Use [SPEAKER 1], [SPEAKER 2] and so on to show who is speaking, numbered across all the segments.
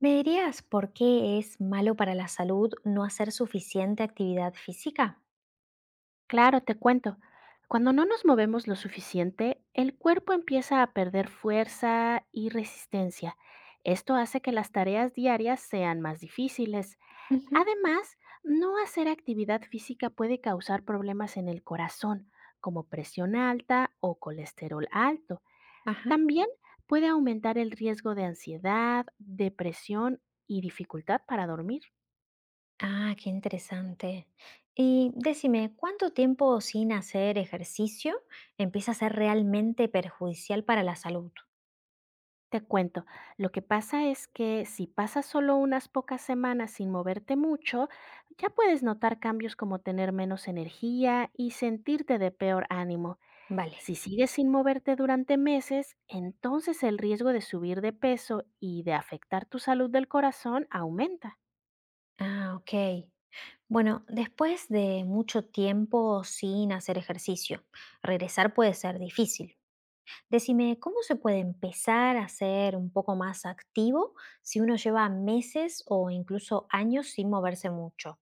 [SPEAKER 1] ¿Me dirías por qué es malo para la salud no hacer suficiente actividad física?
[SPEAKER 2] Claro, te cuento. Cuando no nos movemos lo suficiente, el cuerpo empieza a perder fuerza y resistencia. Esto hace que las tareas diarias sean más difíciles.
[SPEAKER 1] Ujú.
[SPEAKER 2] Además, no hacer actividad física puede causar problemas en el corazón, como presión alta o colesterol alto.
[SPEAKER 1] Ajá.
[SPEAKER 2] También puede aumentar el riesgo de ansiedad, depresión y dificultad para dormir.
[SPEAKER 1] Ah, qué interesante. Y decime, ¿cuánto tiempo sin hacer ejercicio empieza a ser realmente perjudicial para la salud?
[SPEAKER 2] Te cuento, lo que pasa es que si pasas solo unas pocas semanas sin moverte mucho, ya puedes notar cambios como tener menos energía y sentirte de peor ánimo.
[SPEAKER 1] Vale.
[SPEAKER 2] Si sigues sin moverte durante meses, entonces el riesgo de subir de peso y de afectar tu salud del corazón aumenta.
[SPEAKER 1] Ah, ok. Bueno, después de mucho tiempo sin hacer ejercicio, regresar puede ser difícil. Decime, ¿cómo se puede empezar a ser un poco más activo si uno lleva meses o incluso años sin moverse mucho?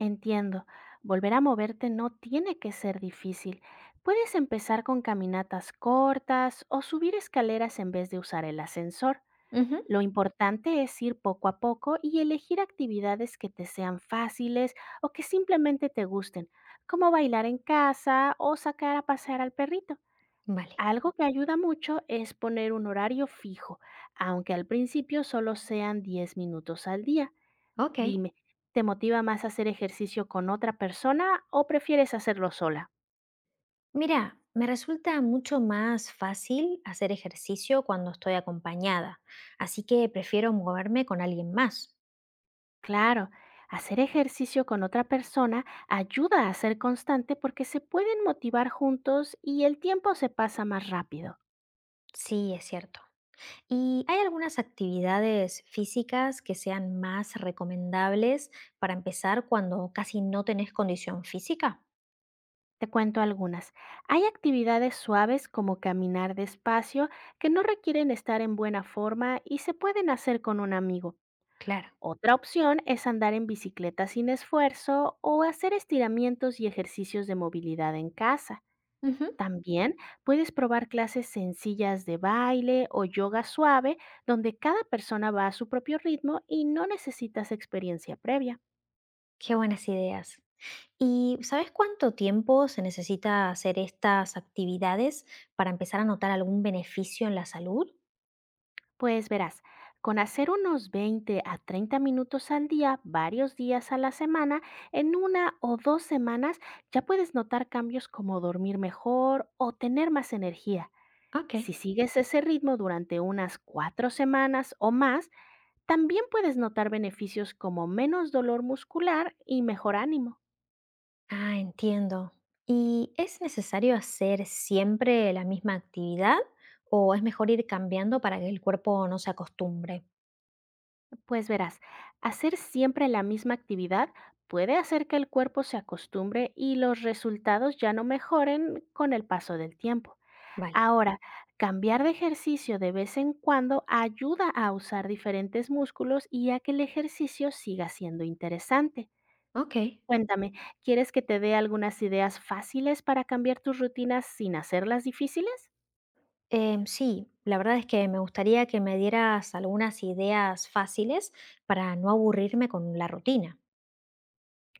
[SPEAKER 2] Entiendo, volver a moverte no tiene que ser difícil. Puedes empezar con caminatas cortas o subir escaleras en vez de usar el ascensor.
[SPEAKER 1] Ujú.
[SPEAKER 2] Lo importante es ir poco a poco y elegir actividades que te sean fáciles o que simplemente te gusten, como bailar en casa o sacar a pasear al perrito.
[SPEAKER 1] Vale,
[SPEAKER 2] Algo que ayuda mucho es poner un horario fijo, aunque al principio solo sean 10 minutos al día.
[SPEAKER 1] ok.
[SPEAKER 2] Dime, ¿te motiva más hacer ejercicio con otra persona o prefieres hacerlo sola?
[SPEAKER 1] Mira, me resulta mucho más fácil hacer ejercicio cuando estoy acompañada, así que prefiero moverme con alguien más.
[SPEAKER 2] Claro, hacer ejercicio con otra persona ayuda a ser constante porque se pueden motivar juntos y el tiempo se pasa más rápido.
[SPEAKER 1] Sí, es cierto. ¿Y hay algunas actividades físicas que sean más recomendables para empezar cuando casi no tenés condición física?
[SPEAKER 2] Te cuento algunas. Hay actividades suaves como caminar despacio que no requieren estar en buena forma y se pueden hacer con un amigo.
[SPEAKER 1] Claro.
[SPEAKER 2] Otra opción es andar en bicicleta sin esfuerzo o hacer estiramientos y ejercicios de movilidad en casa.
[SPEAKER 1] Ujú.
[SPEAKER 2] También puedes probar clases sencillas de baile o yoga suave, donde cada persona va a su propio ritmo y no necesitas experiencia previa.
[SPEAKER 1] Qué buenas ideas. ¿Y sabes cuánto tiempo se necesita hacer estas actividades para empezar a notar algún beneficio en la salud?
[SPEAKER 2] Pues verás, con hacer unos 20 a 30 minutos al día, varios días a la semana, en una o dos semanas ya puedes notar cambios como dormir mejor o tener más energía.
[SPEAKER 1] Ok.
[SPEAKER 2] Si sigues ese ritmo durante unas 4 semanas o más, también puedes notar beneficios como menos dolor muscular y mejor ánimo.
[SPEAKER 1] Ah, entiendo. ¿Y es necesario hacer siempre la misma actividad o es mejor ir cambiando para que el cuerpo no se acostumbre?
[SPEAKER 2] Pues verás, hacer siempre la misma actividad puede hacer que el cuerpo se acostumbre y los resultados ya no mejoren con el paso del tiempo.
[SPEAKER 1] Vale.
[SPEAKER 2] Ahora, cambiar de ejercicio de vez en cuando ayuda a usar diferentes músculos y a que el ejercicio siga siendo interesante.
[SPEAKER 1] Ok.
[SPEAKER 2] Cuéntame, ¿quieres que te dé algunas ideas fáciles para cambiar tus rutinas sin hacerlas difíciles?
[SPEAKER 1] Sí, la verdad es que me gustaría que me dieras algunas ideas fáciles para no aburrirme con la rutina.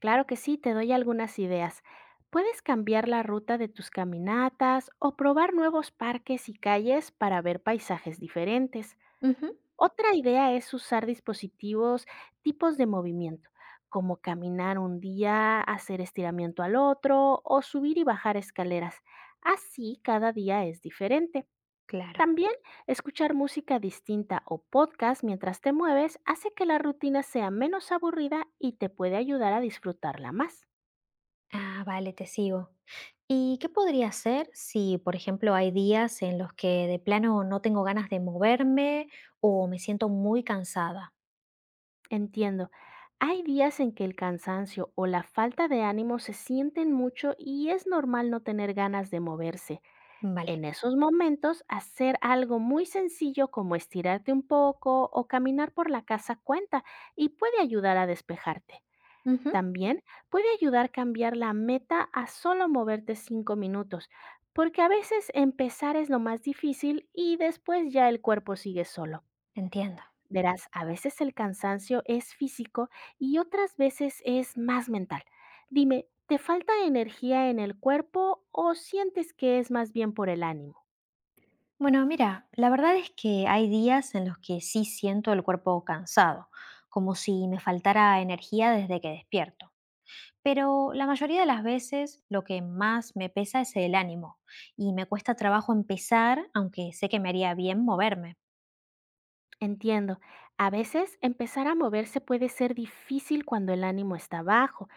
[SPEAKER 2] Claro que sí, te doy algunas ideas. Puedes cambiar la ruta de tus caminatas o probar nuevos parques y calles para ver paisajes diferentes.
[SPEAKER 1] Ujú.
[SPEAKER 2] Otra idea es usar dispositivos tipos de movimiento, como caminar un día, hacer estiramiento al otro o subir y bajar escaleras. Así cada día es diferente.
[SPEAKER 1] Claro.
[SPEAKER 2] También escuchar música distinta o podcast mientras te mueves hace que la rutina sea menos aburrida y te puede ayudar a disfrutarla más.
[SPEAKER 1] Ah, vale, te sigo. ¿Y qué podría hacer si, por ejemplo, hay días en los que de plano no tengo ganas de moverme o me siento muy cansada?
[SPEAKER 2] Entiendo. Hay días en que el cansancio o la falta de ánimo se sienten mucho y es normal no tener ganas de moverse. En
[SPEAKER 1] Vale,
[SPEAKER 2] esos momentos, hacer algo muy sencillo como estirarte un poco o caminar por la casa cuenta y puede ayudar a despejarte.
[SPEAKER 1] ujú,
[SPEAKER 2] También puede ayudar cambiar la meta a solo moverte 5 minutos, porque a veces empezar es lo más difícil y después ya el cuerpo sigue solo.
[SPEAKER 1] entiendo.
[SPEAKER 2] Verás, a veces el cansancio es físico y otras veces es más mental. Dime, ¿te falta energía en el cuerpo o sientes que es más bien por el ánimo?
[SPEAKER 1] Bueno, mira, la verdad es que hay días en los que sí siento el cuerpo cansado, como si me faltara energía desde que despierto. Pero la mayoría de las veces lo que más me pesa es el ánimo y me cuesta trabajo empezar, aunque sé que me haría bien moverme.
[SPEAKER 2] Entiendo, a veces empezar a moverse puede ser difícil cuando el ánimo está bajo,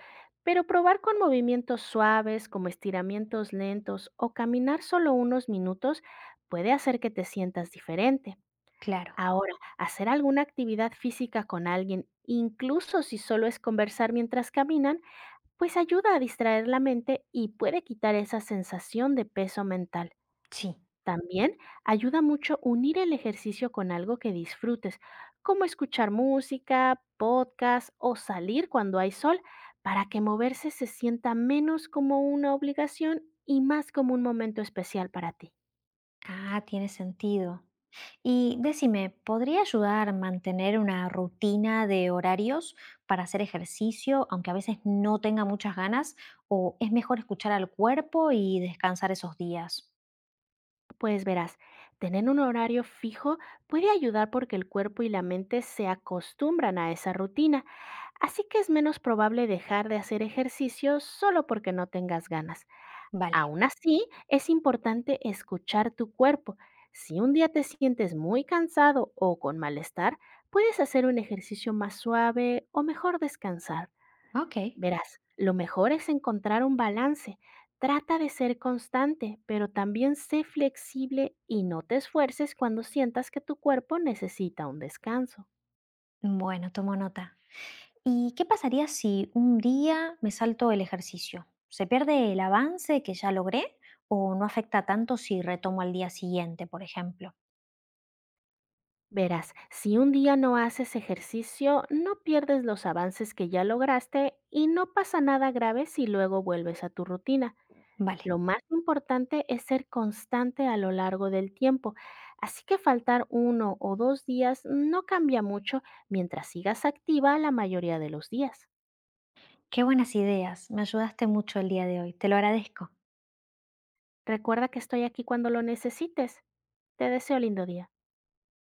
[SPEAKER 2] pero probar con movimientos suaves como estiramientos lentos o caminar solo unos minutos puede hacer que te sientas diferente.
[SPEAKER 1] Claro,
[SPEAKER 2] Ahora, hacer alguna actividad física con alguien, incluso si solo es conversar mientras caminan, pues ayuda a distraer la mente y puede quitar esa sensación de peso mental.
[SPEAKER 1] sí.
[SPEAKER 2] También ayuda mucho unir el ejercicio con algo que disfrutes, como escuchar música, podcast o salir cuando hay sol, para que moverse se sienta menos como una obligación y más como un momento especial para ti.
[SPEAKER 1] Ah, tiene sentido. Y decime, ¿podría ayudar mantener una rutina de horarios para hacer ejercicio, aunque a veces no tenga muchas ganas? ¿O es mejor escuchar al cuerpo y descansar esos días?
[SPEAKER 2] Pues verás, tener un horario fijo puede ayudar porque el cuerpo y la mente se acostumbran a esa rutina, así que es menos probable dejar de hacer ejercicio solo porque no tengas ganas.
[SPEAKER 1] Vale,
[SPEAKER 2] Aún así, es importante escuchar tu cuerpo. Si un día te sientes muy cansado o con malestar, puedes hacer un ejercicio más suave o mejor descansar.
[SPEAKER 1] ok.
[SPEAKER 2] Verás, lo mejor es encontrar un balance. Trata de ser constante, pero también sé flexible y no te esfuerces cuando sientas que tu cuerpo necesita un descanso.
[SPEAKER 1] Bueno, tomo nota. ¿Y qué pasaría si un día me salto el ejercicio? ¿Se pierde el avance que ya logré o no afecta tanto si retomo al día siguiente, por ejemplo?
[SPEAKER 2] Verás, si un día no haces ejercicio, no pierdes los avances que ya lograste y no pasa nada grave si luego vuelves a tu rutina.
[SPEAKER 1] Vale.
[SPEAKER 2] Lo más importante es ser constante a lo largo del tiempo, así que faltar uno o dos días no cambia mucho mientras sigas activa la mayoría de los días.
[SPEAKER 1] Qué buenas ideas, me ayudaste mucho el día de hoy, te lo agradezco.
[SPEAKER 2] Recuerda que estoy aquí cuando lo necesites. Te deseo lindo día.